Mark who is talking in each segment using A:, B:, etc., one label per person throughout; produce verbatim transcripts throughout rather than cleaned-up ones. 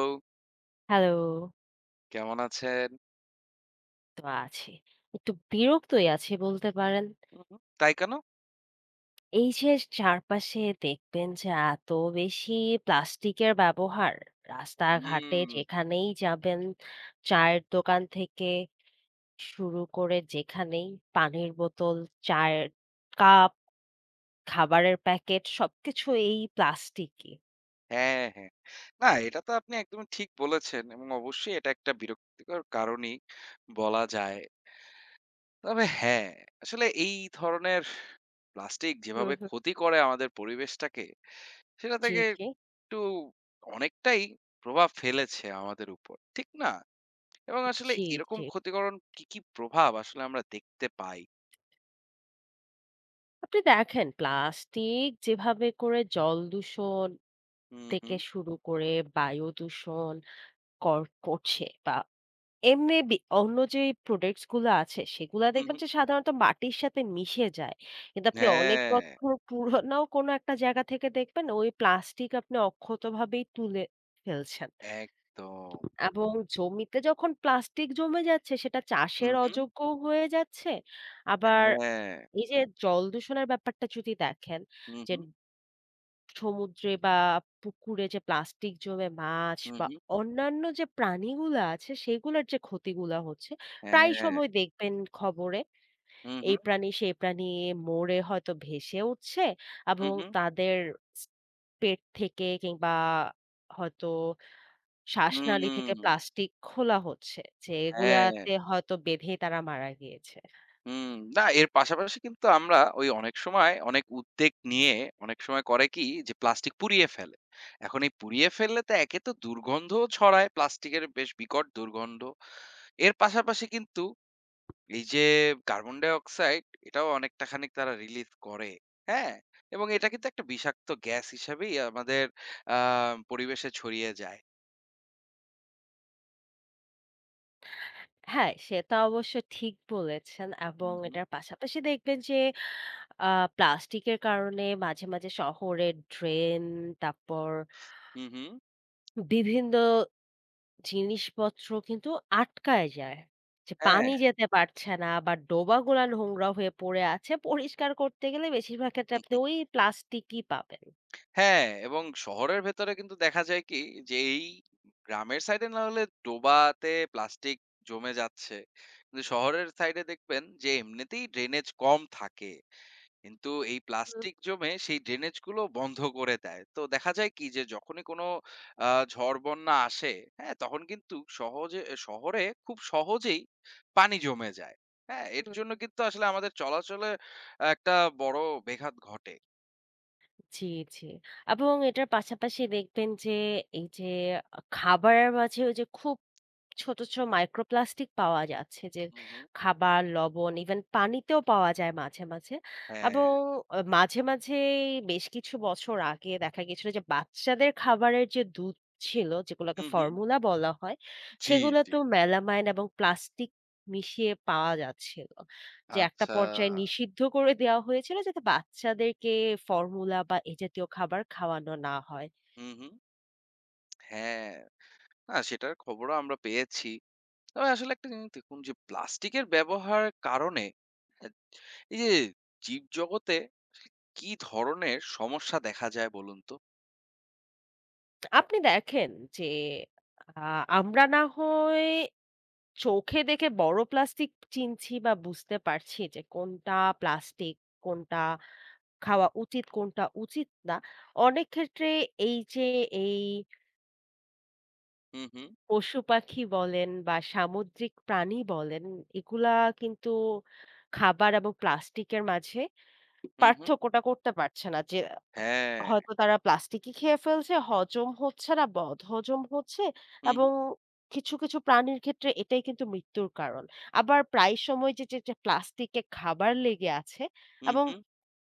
A: তো
B: হ্যালো,
A: কেমন আছেন?
B: তো আছি। একটু বিরক্তই আছি বলতে পারেন।
A: হুম, হুম। তাই কেন?
B: এই যে চারপাশে দেখবেন যে এত বেশি প্লাস্টিকের ব্যবহার।
A: হুম।
B: রাস্তাঘাটে
A: হুম।
B: যেখানেই যাবেন, চায়ের দোকান থেকে শুরু করে যেখানেই পানির বোতল, চায়ের কাপ, খাবারের প্যাকেট সবকিছু এই প্লাস্টিকই।
A: হ্যাঁ, হ্যাঁ। না, এটা তো আপনি একদমই ঠিক বলেছেন এবং অবশ্যই এটা একটা বিরক্তিকর কারণই বলা যায়। তবে হ্যাঁ, আসলে এই ধরনের প্লাস্টিক
B: হুম,
A: যেভাবে
B: হুম।
A: ক্ষতি করে আমাদের পরিবেশটাকে, সেটা
B: জি,
A: থেকে
B: জি।
A: একটু অনেকটাই প্রভাব ফেলেছে আমাদের উপর। ঠিক না? এবং আসলে
B: জি,
A: এরকম
B: জি।
A: ক্ষতিকরণ কি, কি প্রভাব আসলে আমরা দেখতে পাই?
B: আপনি দেখেন প্লাস্টিক যেভাবে করে জল দূষণ
A: হুম,
B: থেকে
A: হুম,
B: শুরু করে বায়ু দূষণ কর করছে বা এমনি বি অন্য যে প্রোডাক্টস গুলো আছে সেগুলা
A: হুম,
B: দেখবেন
A: হুম।
B: যে সাধারণত মাটির সাথে মিশে যায়। কিন্তু আপনি অনেক
A: হ্যাঁ,
B: বছর পুরোনো কোনো একটা জায়গা থেকে দেখবেন ওই প্লাস্টিক আপনি অক্ষতভাবেই তুলে ফেলছেন।
A: একদম।
B: এবং জমিতে যখন প্লাস্টিক জমে যাচ্ছে সেটা
A: হুম,
B: চাষের
A: হুম।
B: অযোগ্য হয়ে যাচ্ছে। আবার
A: হ্যাঁ।
B: এই যে জল দূষণের ব্যাপারটা যদি দেখেন
A: হু,
B: যে
A: হু,
B: সমুদ্রে বা পুকুরে যে প্লাস্টিক জমে মাছ
A: হু,
B: বা
A: হু।
B: অন্যান্য যে প্রাণীগুলো আছে সেগুলোর যে ক্ষতিগুলো হচ্ছে প্রায়
A: হ্যাঁ।
B: সময় দেখবেন খবরে
A: হু, হু,
B: এই প্রাণী সেই প্রাণী মরে হয়তো ভেসে উঠছে
A: হু,
B: এবং
A: হু।
B: তাদের স- পেট থেকে কিংবা হয়তো শ্বাসনালী থেকে
A: হুম।
B: প্লাস্টিক খোলা হচ্ছে যে
A: হ্যাঁ।
B: এগুলাতে হয়তো বেঁধে তারা মারা গিয়েছে।
A: হুম। না, এর পাশাপাশি কিন্তু আমরা ওই অনেক সময় অনেক উদ্বেগ নিয়ে অনেক সময় করে কি যে প্লাস্টিক পুড়িয়ে ফেলে। এখন এই পুড়িয়ে ফেললে তো একে তো দুর্গন্ধও ছড়ায় প্লাস্টিকের বেশ বিকট দুর্গন্ধ। এর পাশাপাশি কিন্তু এই যে কার্বন ডাই অক্সাইড, এটাও অনেকটা খানিক তারা রিলিজ করে। হ্যাঁ? এবং এটা কিন্তু একটা বিষাক্ত গ্যাস হিসাবেই আমাদের আ পরিবেশে ছড়িয়ে যায়।
B: হ্যাঁ সেটা অবশ্য ঠিক বলেছেন
A: হু,
B: এবং
A: হু।
B: এটার পাশাপাশি দেখবেন যে আ প্লাস্টিকের কারণে মাঝে, মাঝে শহরের ড্রেন তারপর
A: হুম, হুম।
B: বিভিন্ন জিনিসপত্র কিন্তু আটকায় যায়। যে
A: হ্যাঁ,
B: পানি যেতে পারছে না বা ডোবাগুলা নোংরা হয়ে পড়ে আছে। পরিষ্কার করতে গেলে বেশিরভাগ ক্ষেত্রে আপনি ওই প্লাস্টিকই পাবেন।
A: হ্যাঁ, এবং শহরের ভেতরে কিন্তু দেখা যায় কি যে এই গ্রামের সাইডে না হলে ডোবাতে প্লাস্টিক জমে যাচ্ছে। কিন্তু শহরের সাইডে দেখবেন যে এমনিতেই ড্রেনেজ কম থাকে। কিন্তু এই
B: হুম,
A: প্লাস্টিক জমে সেই ড্রেনেজ গুলো বন্ধ করে দেয়। তো দেখা যায় কি যে যখনই কোনো আ ঝড় বন্যা আসে, হ্যাঁ? তখন কিন্তু সহজে শহরে খুব সহজেই পানি জমে যায়। হ্যাঁ? এর
B: হুম।
A: জন্য কিন্তু আসলে আমাদের চলাচলে একটা বড় ব্যাঘাত ঘটে।
B: জি, জি। এবং এটার পাশাপাশি দেখবেন যে এই যে আ খাবারের মাঝেও যে খুব ছোট, ছোট মাইক্রোপ্লাস্টিক পাওয়া যাচ্ছে যে
A: হুম, হুম।
B: খাবার, লবণ ইভেন পানিতেও পাওয়া যায় মাঝে, মাঝে।
A: হ্যাঁ,
B: এবং আ মাঝে, মাঝেই বেশ কিছু বছর আগে দেখা গিয়েছিল যে বাচ্চাদের খাবারের যে দুধ ছিল যেগুলোকে
A: হু, হু।
B: ফর্মুলা বলা হয়,
A: জি,
B: সেগুলো
A: জি।
B: তো মেলামাইন এবং প্লাস্টিক মিশিয়ে পাওয়া যাচ্ছিল। যে একটা
A: আচ্ছা।
B: পর্যায়ে নিষিদ্ধ করে দেওয়া হয়েছিল যাতে বাচ্চাদেরকে ফর্মুলা বা এ জাতীয় খাবার খাওয়ানো না হয়।
A: হু, হু। হ্যাঁ, না সেটার খবরও আমরা পেয়েছি। তবে আসলে একটা জিনিস দেখুন যে প্লাস্টিকের ব্যবহারের কারণে অ্যা এই যে জীবজগতে কি ধরনের সমস্যা দেখা যায় বলুন তো?
B: আপনি দেখেন যে আ আমরা না হয় চোখে দেখে বড় প্লাস্টিক চিনছি বা বুঝতে পারছি যে কোনটা প্লাস্টিক, কোনটা খাওয়া উচিত, কোনটা উচিত না। অনেক ক্ষেত্রে এই যে এই
A: হু, হু,
B: পশু-পাখি বলেন বা সামুদ্রিক প্রাণী বলেন এগুলা কিন্তু খাবার এবং প্লাস্টিকের মাঝে
A: হু, হু।
B: পার্থক্যটা করতে পারছে না যে
A: হ্যাঁ,
B: হয়তো তারা প্লাস্টিকই খেয়ে ফেলছে, হজম হচ্ছে না, বদহজম হচ্ছে
A: হু, হু,
B: এবং কিছু, কিছু প্রাণীর ক্ষেত্রে এটাই কিন্তু মৃত্যুর কারণ। আবার প্রায় সময় যে, যে, যে, প্লাস্টিকে খাবার লেগে আছে
A: হু,
B: এবং
A: হু।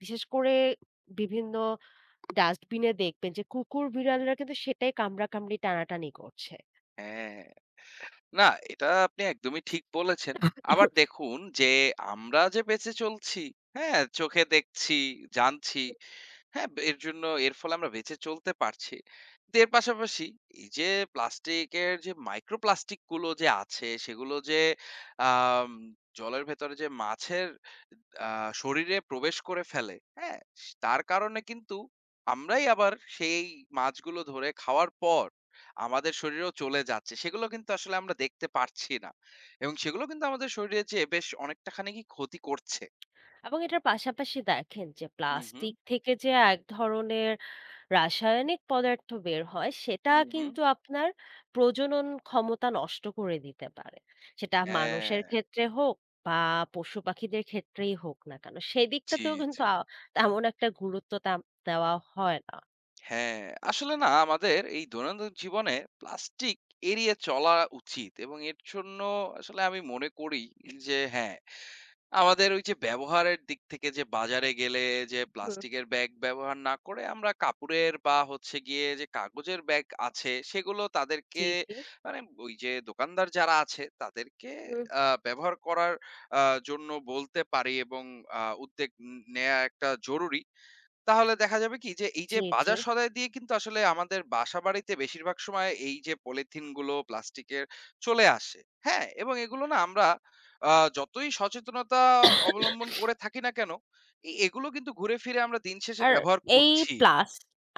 B: বিশেষ করে বিভিন্ন ডাস্টবিনে দেখবেন যে কুকুর, বিড়ালরা কিন্তু সেটাই কামড়াকামড়ি, টানাটানি করছে।
A: হ্যাঁ। না এটা আপনি একদমই ঠিক বলেছেন। আবার দেখুন যে আমরা যে বেঁচে চলছি, হ্যাঁ, চোখে দেখছি, জানছি, হ্যাঁ, এর জন্য এর ফলে আমরা বেঁচে চলতে পারছি। তো এর পাশাপাশি এই যে প্লাস্টিকের যে মাইক্রো প্লাস্টিক গুলো যে আছে সেগুলো যে আম জলের ভেতরে যে মাছের আ শরীরে প্রবেশ করে ফেলে, হ্যাঁ? তার কারণে কিন্তু আমরাই আবার সেই মাছগুলো ধরে খাওয়ার পর আমাদের শরীরেও চলে যাচ্ছে। সেগুলো কিন্তু আসলে আমরা দেখতে পারছি না। এবং সেগুলো কিন্তু আমাদের শরীরে যেয়ে বেশ অনেকটা খানি ক্ষতি করছে।
B: এবং এটার পাশাপাশি দেখেন যে
A: হু, হু,
B: প্লাস্টিক থেকে যে এক ধরনের রাসায়নিক পদার্থ বের হয় সেটা
A: হু, হু।
B: কিন্তু আপনার প্রজনন ক্ষমতা নষ্ট করে দিতে পারে। সেটা মানুষের
A: হ্যাঁ।
B: ক্ষেত্রে হোক বা পশু পাখিদের ক্ষেত্রেই হোক না কেন,
A: জি,
B: সেদিকটাতেও কিন্তু
A: জি।
B: আ তেমন একটা গুরুত্ব তেম দেওয়া হয় না।
A: হ্যাঁ, আসলে না আমাদের এই দৈনন্দিন জীবনে প্লাস্টিক এড়িয়ে চলা উচিত এবং এর জন্য আসলে আমি মনে করি যে হ্যাঁ, আমাদের ওই যে ব্যবহারের দিক থেকে, যে বাজারে গেলে যে
B: হুম।
A: প্লাস্টিকের ব্যাগ ব্যবহার না করে আমরা কাপড়ের বা হচ্ছে গিয়ে যে কাগজের ব্যাগ আছে সেগুলো তাদেরকে,
B: জি, জি।
A: মানে ওই যে দোকানদার যারা আছে তাদেরকে
B: হুম।
A: আ ব্যবহার করার আ জন্য বলতে পারি এবং আ উদ্যোগ ন নেয়া একটা জরুরি। তাহলে দেখা যাবে কি যে এই যে
B: জি, জি।
A: বাজার সদাই দিয়ে কিন্তু আসলে আমাদের বাসাবাড়িতে বেশিরভাগ সময় এই যে পলিথিন গুলো প্লাস্টিকের চলে আসে, হ্যাঁ, এবং এগুলো না আমরা আহ, যতই সচেতনতা অবলম্বন করে থাকি না কেন এ- এগুলো কিন্তু ঘুরে ফিরে আমরা দিন শেষে
B: আর
A: ব্যবহার
B: এই
A: করছি।
B: প্লাস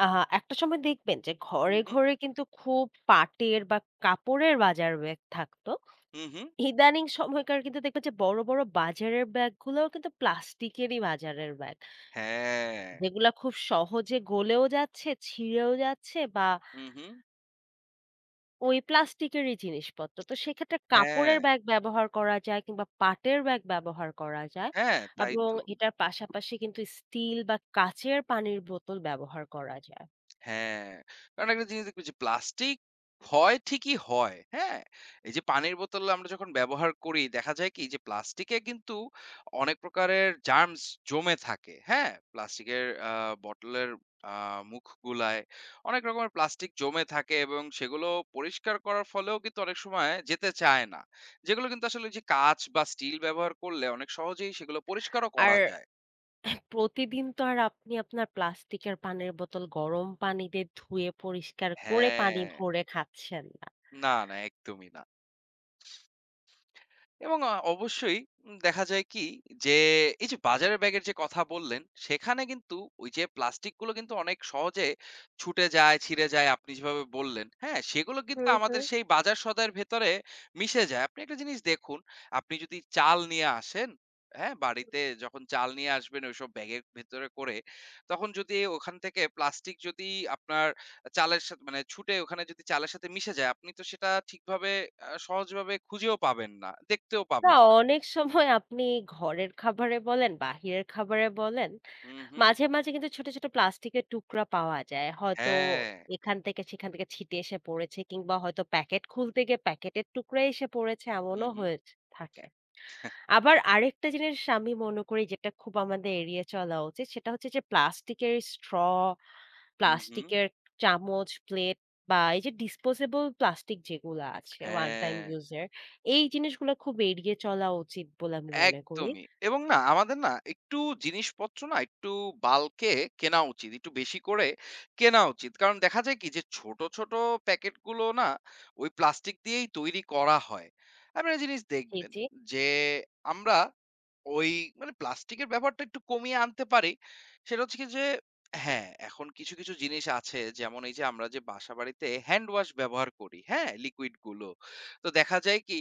B: আ একটা সময় দেখবেন যে
A: হুম,
B: ঘরে,
A: হুম,
B: ঘরে কিন্তু খুব পাটের বা কাপড়ের বাজার বেগ থাকতো।
A: হুম, হুম,
B: ইদানিং সময়কার কিন্তু দেখবেন যে বড়, বড় বাজারের ব্যাগগুলোও কিন্তু প্লাস্টিকেরই বাজারের ব্যাগ।
A: হ্যাঁ,
B: যেগুলা খুব সহজে গলেও যাচ্ছে, ছিঁড়েও যাচ্ছে বা
A: হুম, হুম,
B: ওই প্লাস্টিকেরই জিনিসপত্র। তো সেক্ষেত্রে
A: হ্যাঁ,
B: কাপড়ের ব্যাগ ব্যবহার করা যায় কিংবা পাটের ব্যাগ ব্যবহার করা যায়
A: হ্যাঁ, তাই
B: এবং
A: তো।
B: এটার পাশাপাশি কিন্তু স্টিল বা কাঁচের পানির বোতল ব্যবহার করা যায়।
A: হ্যাঁ, কারণ একটা জিনিস দেখবেন যে প্লাস্টিক হয় ঠিকই হয়, হ্যাঁ? এই যে পানির বোতল আমরা যখন ব্যবহার করি দেখা যায় কি যে প্লাস্টিকে কিন্তু অনেক প্রকারের জার্মস জমে থাকে, হ্যাঁ? প্লাস্টিকের আ বটলের আ মুখগুলায় অনেক রকমের প্লাস্টিক জমে থাকে এবং সেগুলো পরিষ্কার করার ফলেও কিন্তু অনেক সময় যেতে চায় না। যেগুলো কিন্তু আসলে ওই যে কাঁচ বা স্টিল ব্যবহার করলে অনেক সহজেই সেগুলো পরিষ্কারও
B: আর
A: করা যায়।
B: প্রতিদিন তো আর আপনি আপনার প্লাস্টিকের পানির বোতল গরম পানি দিয়ে ধুয়ে পরিষ্কার করে পানি
A: হ্যাঁ।
B: ভরে খাচ্ছেন না।
A: না, না, একদমই না। এবং আ অবশ্যই উম দেখা যায় কি যে এই যে বাজারের ব্যাগের যে কথা বললেন, সেখানে কিন্তু ওই যে প্লাস্টিকগুলো কিন্তু অনেক সহজে ছুটে যায়, ছিঁড়ে যায়, আপনি যেভাবে বললেন, হ্যাঁ? সেগুলো কিন্তু
B: হুম,
A: আমাদের
B: হুম।
A: সেই বাজার সদাইয়ের ভেতরে মিশে যায়। আপনি একটা জিনিস দেখুন, আপনি যদি চাল নিয়ে আসেন, হ্যাঁ? বাড়িতে যখন চাল নিয়ে আসবেন ওইসব ব্যাগের ভেতরে করে, তখন যদি ওখান থেকে প্লাস্টিক যদি আপনার চালের সাথে, মানে ছুটে ওখানে যদি চালের সাথে মিশে যায়, আপনি তো সেটা ঠিকভাবে, আ সহজভাবে খুঁজেও পাবেন না, দেখতেও
B: না
A: পাবেন না।
B: অনেক সময় আপনি ঘরের খাবারে বলেন, বাহিরের খাবারে বলেন
A: হুম, হুম।
B: মাঝে, মাঝে কিন্তু ছোট, ছোট প্লাস্টিকের টুকরা পাওয়া যায়। হয়তো
A: হ্যাঁ।
B: এখান থেকে সেখান থেকে ছিটে এসে পড়েছে কিংবা হয়তো প্যাকেট খুলতে গিয়ে প্যাকেটের টুকরাই এসে পড়েছে,
A: হুম,
B: এমনও
A: হুম।
B: হয়ে থাকে। আবার আরেকটা জিনিস আমি মনে করি যেটা খুব আমাদের এড়িয়ে চলা উচিত, সেটা হচ্ছে যে প্লাস্টিকের স্ট্র,
A: হুম, হুম।
B: প্লাস্টিকের চামচ, প্লেট বা এই যে ডিসপোজেবল প্লাস্টিক যেগুলা আছে ওয়ান টাইম
A: হ্যাঁ,
B: ইউজের, এই জিনিসগুলা খুব এড়িয়ে চলা উচিত বলে আমি মনে করি।
A: একদমই। এবং না আমাদের না একটু জিনিসপত্র না একটু বাল্কে কেনা উচিত। একটু বেশি করে কেনা উচিত। কারণ দেখা যায় কি যে ছোট, ছোট প্যাকেটগুলো না ওই প্লাস্টিক দিয়েই তৈরি করা হয়। আপনারা জিনিস
B: জি,
A: দেখবেন
B: জি।
A: যে আমরা ওই, মানে প্লাস্টিকের ব্যাপারটা একটু কমিয়ে আনতে পারি। সেটা হচ্ছে কি যে হ্যাঁ, এখন কিছু, কিছু জিনিস আছে, যেমন এই যে আমরা যে বাসাবাড়িতে হ্যান্ড ওয়াশ ব্যবহার করি, হ্যাঁ? লিকুইড গুলো। তো দেখা যায় কি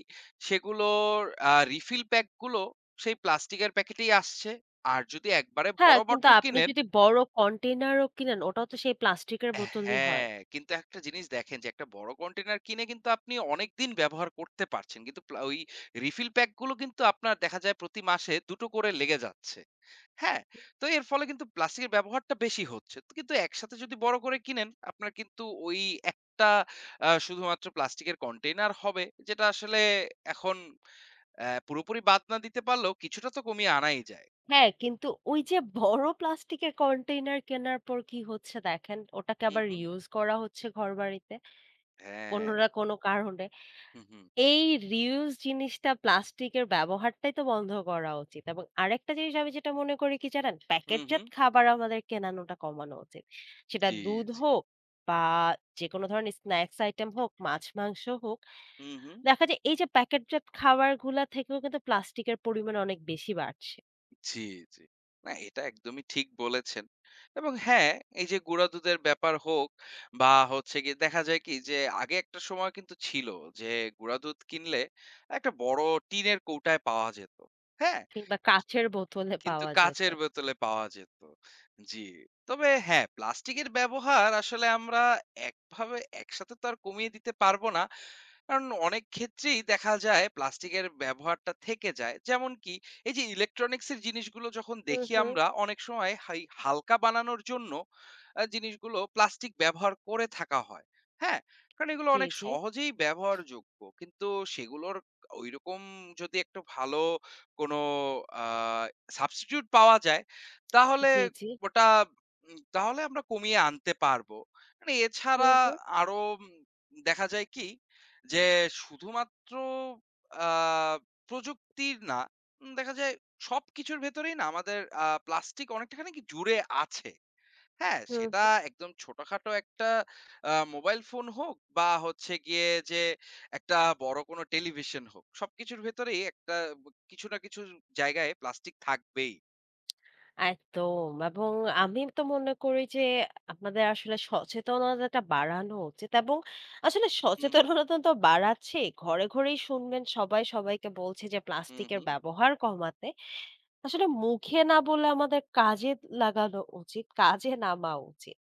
A: সেগুলোর আ রিফিল প্যাক গুলো সেই প্লাস্টিকের প্যাকেটেই আসছে। আর যদি একবারে
B: হ্যাঁ,
A: বড়
B: কিন্তু
A: বটল
B: আপনি
A: কিনেন,
B: যদি বড় কন্টেইনারও কিনেন, ওটাও তো সেই প্লাস্টিকের বোতলই হয়।
A: হ্যাঁ, কিন্তু একটা জিনিস দেখেন যে একটা বড় কন্টেইনার কিনে কিন্তু আপনি অনেকদিন ব্যবহার করতে পারছেন। কিন্তু প্লা ওই রিফিল প্যাক গুলো কিন্তু আপনার দেখা যায় প্রতি মাসে দুই টো করে লেগে যাচ্ছে। হ্যাঁ? তো এর ফলে কিন্তু প্লাস্টিকের ব্যবহারটা বেশি হচ্ছে। তো কিন্তু একসাথে যদি বড় করে কিনেন, আপনার কিন্তু ওই একটা আ শুধুমাত্র প্লাস্টিকের কন্টেইনার হবে, যেটা আসলে এখন অ্যা পুরোপুরি বাদ না দিতে পারলেও কিছুটা তো কমিয়ে আনাই যায়।
B: হ্যাঁ, কিন্তু ওই যে বড় প্লাস্টিকের কন্টেইনার কেনার পর কি হচ্ছে দেখেন, ওটাকে
A: হু,
B: আবার
A: হু।
B: রিউজ করা হচ্ছে ঘরবাড়িতে কোনো
A: হ্যাঁ।
B: না কোনো কারণে।
A: হু, হু।
B: এই রিউজ জিনিসটা প্লাস্টিকের ব্যবহারটাই তো বন্ধ করা উচিত। এবং আরেকটা জিনিস আমি যেটা মনে করি কি জানেন,
A: হু, হু।
B: প্যাকেটজাত খাবার আমাদের কেনানোটা কমানো উচিত। সেটা
A: জি,
B: দুধ
A: জি।
B: হোক বা যেকোনো ধরনের স্ন্যাকস আইটেম হোক, মাছ-মাংস হোক
A: হু, হু।
B: দেখা যায় এই যে প্যাকেটজাত খাবারগুলা থেকেও কিন্তু প্লাস্টিকের পরিমাণ অনেক বেশি বাড়ছে।
A: জি, জি। না, এটা একদমই ঠিক বলেছেন। এবং হ্যাঁ, এই যে গুঁড়া দুধের ব্যাপার হোক বা হচ্ছে গিয়ে দেখা যায় কি যে আগে একটা সময় কিন্তু ছিল যে গুঁড়া দুধ কিনলে একটা বড় টিনের কৌটায় পাওয়া যেত। হ্যাঁ?
B: কিংবা কাঁচের বোতলে
A: কিন্তু
B: পাওয়া যেত।
A: কাঁচের বোতলে পাওয়া যেত। জি। তবে হ্যাঁ, প্লাস্টিকের ব্যবহার আসলে আমরা একভাবে একসাথে তো আর কমিয়ে দিতে পারবো না। কারণ অনেক ক্ষেত্রেই দেখা যায় প্লাস্টিকের ব্যবহারটা থেকে যায়। যেমন কি এই যে ইলেকট্রনিক্স এর জিনিসগুলো যখন
B: হুম,
A: দেখি
B: হুম।
A: আমরা অনেক সময় হাই হালকা বানানোর জন্য আ জিনিসগুলো প্লাস্টিক ব্যবহার করে থাকা হয়। হ্যাঁ? কারণ এগুলো
B: জি,
A: অনেক
B: জি,
A: সহজেই ব্যবহারযোগ্য। কিন্তু সেগুলোর ঐরকম যদি একটু ভালো কোনো আ সাবস্টিটিউট পাওয়া যায়, তাহলে
B: জি, জি।
A: ওটা উম তাহলে আমরা কমিয়ে আনতে পারবো। মানে
B: হুম,
A: এছাড়া
B: হুম,
A: আরো উম দেখা যায় কি? যে শুধুমাত্র আ প্রযুক্তির না, উম দেখা যায় সবকিছুর ভেতরেই না আমাদের আ প্লাস্টিক অনেকটাখানি কি জুড়ে আছে। হ্যাঁ,
B: হুম,
A: সেটা
B: হুম।
A: একদম ছোটখাটো একটা আ মোবাইল ফোন হোক বা হচ্ছে গিয়ে যে একটা বড় কোনো টেলিভিশন হোক। সবকিছুর ভেতরেই একটা ব কিছু না কিছু জায়গায় প্লাস্টিক থাকবেই।
B: একদম এবং আমি তো মনে করি যে আমাদের আসলে সচেতনতাটা বাড়ানো উচিত এবং আসলে
A: হু, হু,
B: সচেতনতা তো বাড়াচ্ছে। ঘরে, ঘরেই শুনবেন সবাই সবাইকে বলছে যে
A: হু, হু।
B: প্লাস্টিকের ব্যবহার কমাতে। আসলে মুখে না বলে আমাদের কাজে লাগানো উচিত, কাজে নামা উচিত।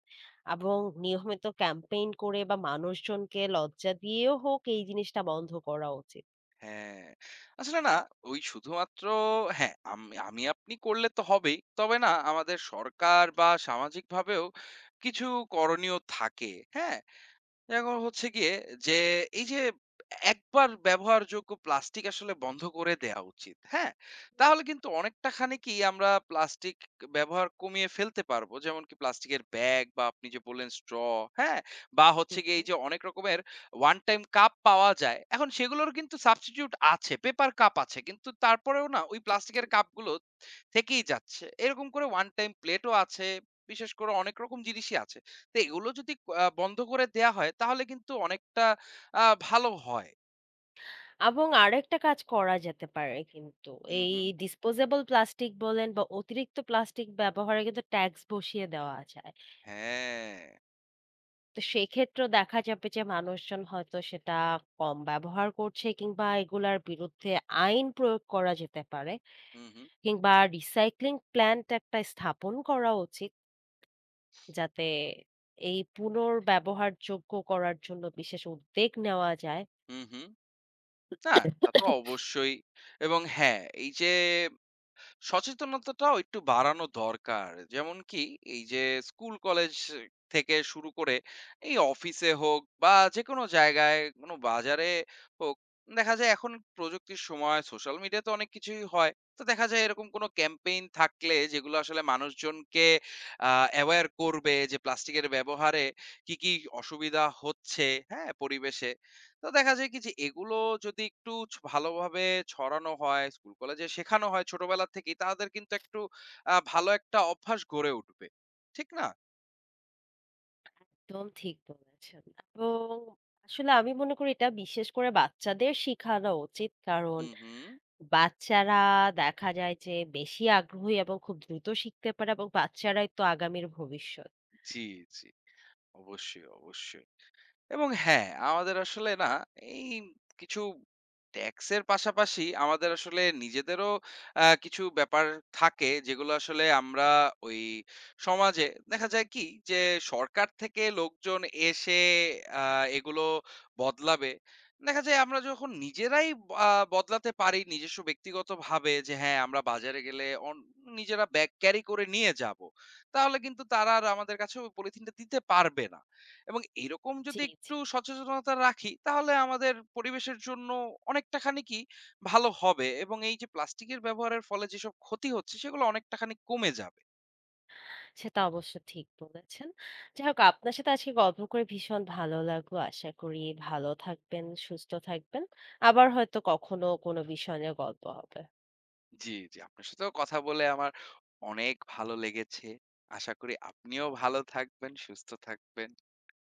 B: এবং নিয়মিত ক্যাম্পেইন করে বা মানুষজনকে লজ্জা দিয়েও হোক এই জিনিসটা বন্ধ করা উচিত।
A: হ্যাঁ। আসলে না ওই শুধুমাত্র হ্যাঁ, আম আমি আপনি করলে তো হবেই। তবে না আমাদের সরকার বা সামাজিকভাবেও কিছু করণীয় থাকে। হ্যাঁ? এখন হচ্ছে গিয়ে যে এই যে একবার ব্যবহারযোগ্য প্লাস্টিক আসলে বন্ধ করে দেওয়া উচিত। হ্যাঁ? তাহলে কিন্তু অনেকটা খানিকই আমরা প্লাস্টিক ব্যবহার কমিয়ে ফেলতে পারবো। যেমন কি প্লাস্টিকের ব্যাগ বা আপনি যে বললেন স্ট্র, হ্যাঁ? বা
B: জি,
A: হচ্ছে গিয়ে
B: জি।
A: এই যে অনেক রকমের ওয়ান টাইম কাপ পাওয়া যায়। এখন সেগুলোর কিন্তু সাবস্টিটিউট আছে, পেপার কাপ আছে। কিন্তু তারপরেও না ওই
B: জি, জি।
A: প্লাস্টিকের কাপগুলো থেকেই যাচ্ছে। এরকম করে ওয়ান টাইম প্লেটও আছে। বিশেষ করে অনেক রকম জিনিসই আছে। তো এগুলো যদি আ বন্ধ করে দেয়া হয় তাহলে কিন্তু অনেকটা আ ভালো হয়।
B: এবং আরেকটা কাজ করা যেতে পারে কিন্তু
A: হুম,
B: এই
A: হুম।
B: ডিসপোজেবল প্লাস্টিক বলেন বা অতিরিক্ত প্লাস্টিক ব্যবহারে কিন্তু ট্যাক্স বসিয়ে দেওয়া যায়।
A: হ্যাঁ।
B: তো সেক্ষেত্রেও দেখা যাবে যে মানুষজন হয়তো সেটা কম ব্যবহার করছে কিংবা এগুলার বিরুদ্ধে আইন প্রয়োগ করা যেতে পারে
A: হুম, হুম।
B: কিংবা রিসাইক্লিং প্ল্যান্ট একটা স্থাপন করা উচিত। যাতে এই পুনর্ব্যবহারযোগ্য করার জন্য বিশেষ উদ্যোগ নেওয়া যায়।
A: হুম, হুম। না, তা তো অবশ্যই। এবং হ্যাঁ, এই যে সচেতনতাটাও একটু বাড়ানো দরকার। যেমন কি এই যে স্কুল কলেজ থেকে শুরু করে এই অফিসে হোক বা যেকোনো জায়গায় কোনো বাজারে হোক, দেখা যায় এখন প্রযুক্তির সময় সোশ্যাল মিডিয়াতে অনেক কিছুই হয়। তো দেখা যায় এরকম কোনো ক্যাম্পেইন থাকলে যেগুলো আসলে মানুষজনকে আ অ্যাওয়্যার করবে যে প্লাস্টিকের ব্যবহারে কি, কি অসুবিধা হচ্ছে, হ্যাঁ? পরিবেশে। তো দেখা যায় কি যে এগুলো যদি একটু ছ ভালোভাবে ছড়ানো হয়, স্কুল কলেজে শেখানো হয় ছোটবেলা থেকেই, তাদের কিন্তু একটু আ ভালো একটা অভ্যাস গড়ে উঠবে। ঠিক না?
B: একদম ঠিক বলেছেন। এবং আসলে আমি মনে করি এটা বিশেষ করে বাচ্চাদের শিখানো উচিত। কারণ
A: হু, হু।
B: বাচ্চারা দেখা যায় যে বেশি আগ্রহী এবং খুব দ্রুত শিখতে পারে এবং বাচ্চারাই তো আগামীর ভবিষ্যৎ।
A: জি, জি। অবশ্যই, অবশ্যই। এবং হ্যাঁ, আমাদের আসলে না এই কিছু ট্যাক্সের পাশাপাশি আমাদের আসলে নিজেদেরও আ কিছু ব্যাপার থাকে যেগুলো আসলে আমরা ওই সমাজে দেখা যায় কি যে সরকার থেকে লোকজন এসে আ এগুলো বদলাবে। দেখা যায় আমরা যখন নিজেরাই আ বদলাতে পারি নিজস্ব ব্যক্তিগতভাবে যে হ্যাঁ, আমরা বাজারে গেলে অন নিজেরা ব্যাগ ক্যারি করে নিয়ে যাবো। তাহলে কিন্তু তারা আর আমাদের কাছে ওই পলিথিনটা দিতে পারবে না। এবং এরকম
B: জি,
A: যদি
B: জি।
A: একটু সচেতনতা রাখি তাহলে আমাদের পরিবেশের জন্য অনেকটা খানি কি ভালো হবে এবং এই যে প্লাস্টিকের ব্যবহারের ফলে যেসব ক্ষতি হচ্ছে সেগুলো অনেকটা খানি কমে যাবে।
B: সেটা অবশ্য ঠিক বলেছেন। যাই হোক আপনার সাথে আজকে গল্প করে ভীষণ ভালো লাগলো। আশা করি ভালো থাকবেন, সুস্থ থাকবেন। আবার হয়তো কখনো কোনো বিষয় নিয়ে গল্প হবে।
A: জি, জি। আপনার সাথেও কথা বলে আমার অনেক ভালো লেগেছে। আশা করি আপনিও ভালো থাকবেন, সুস্থ থাকবেন।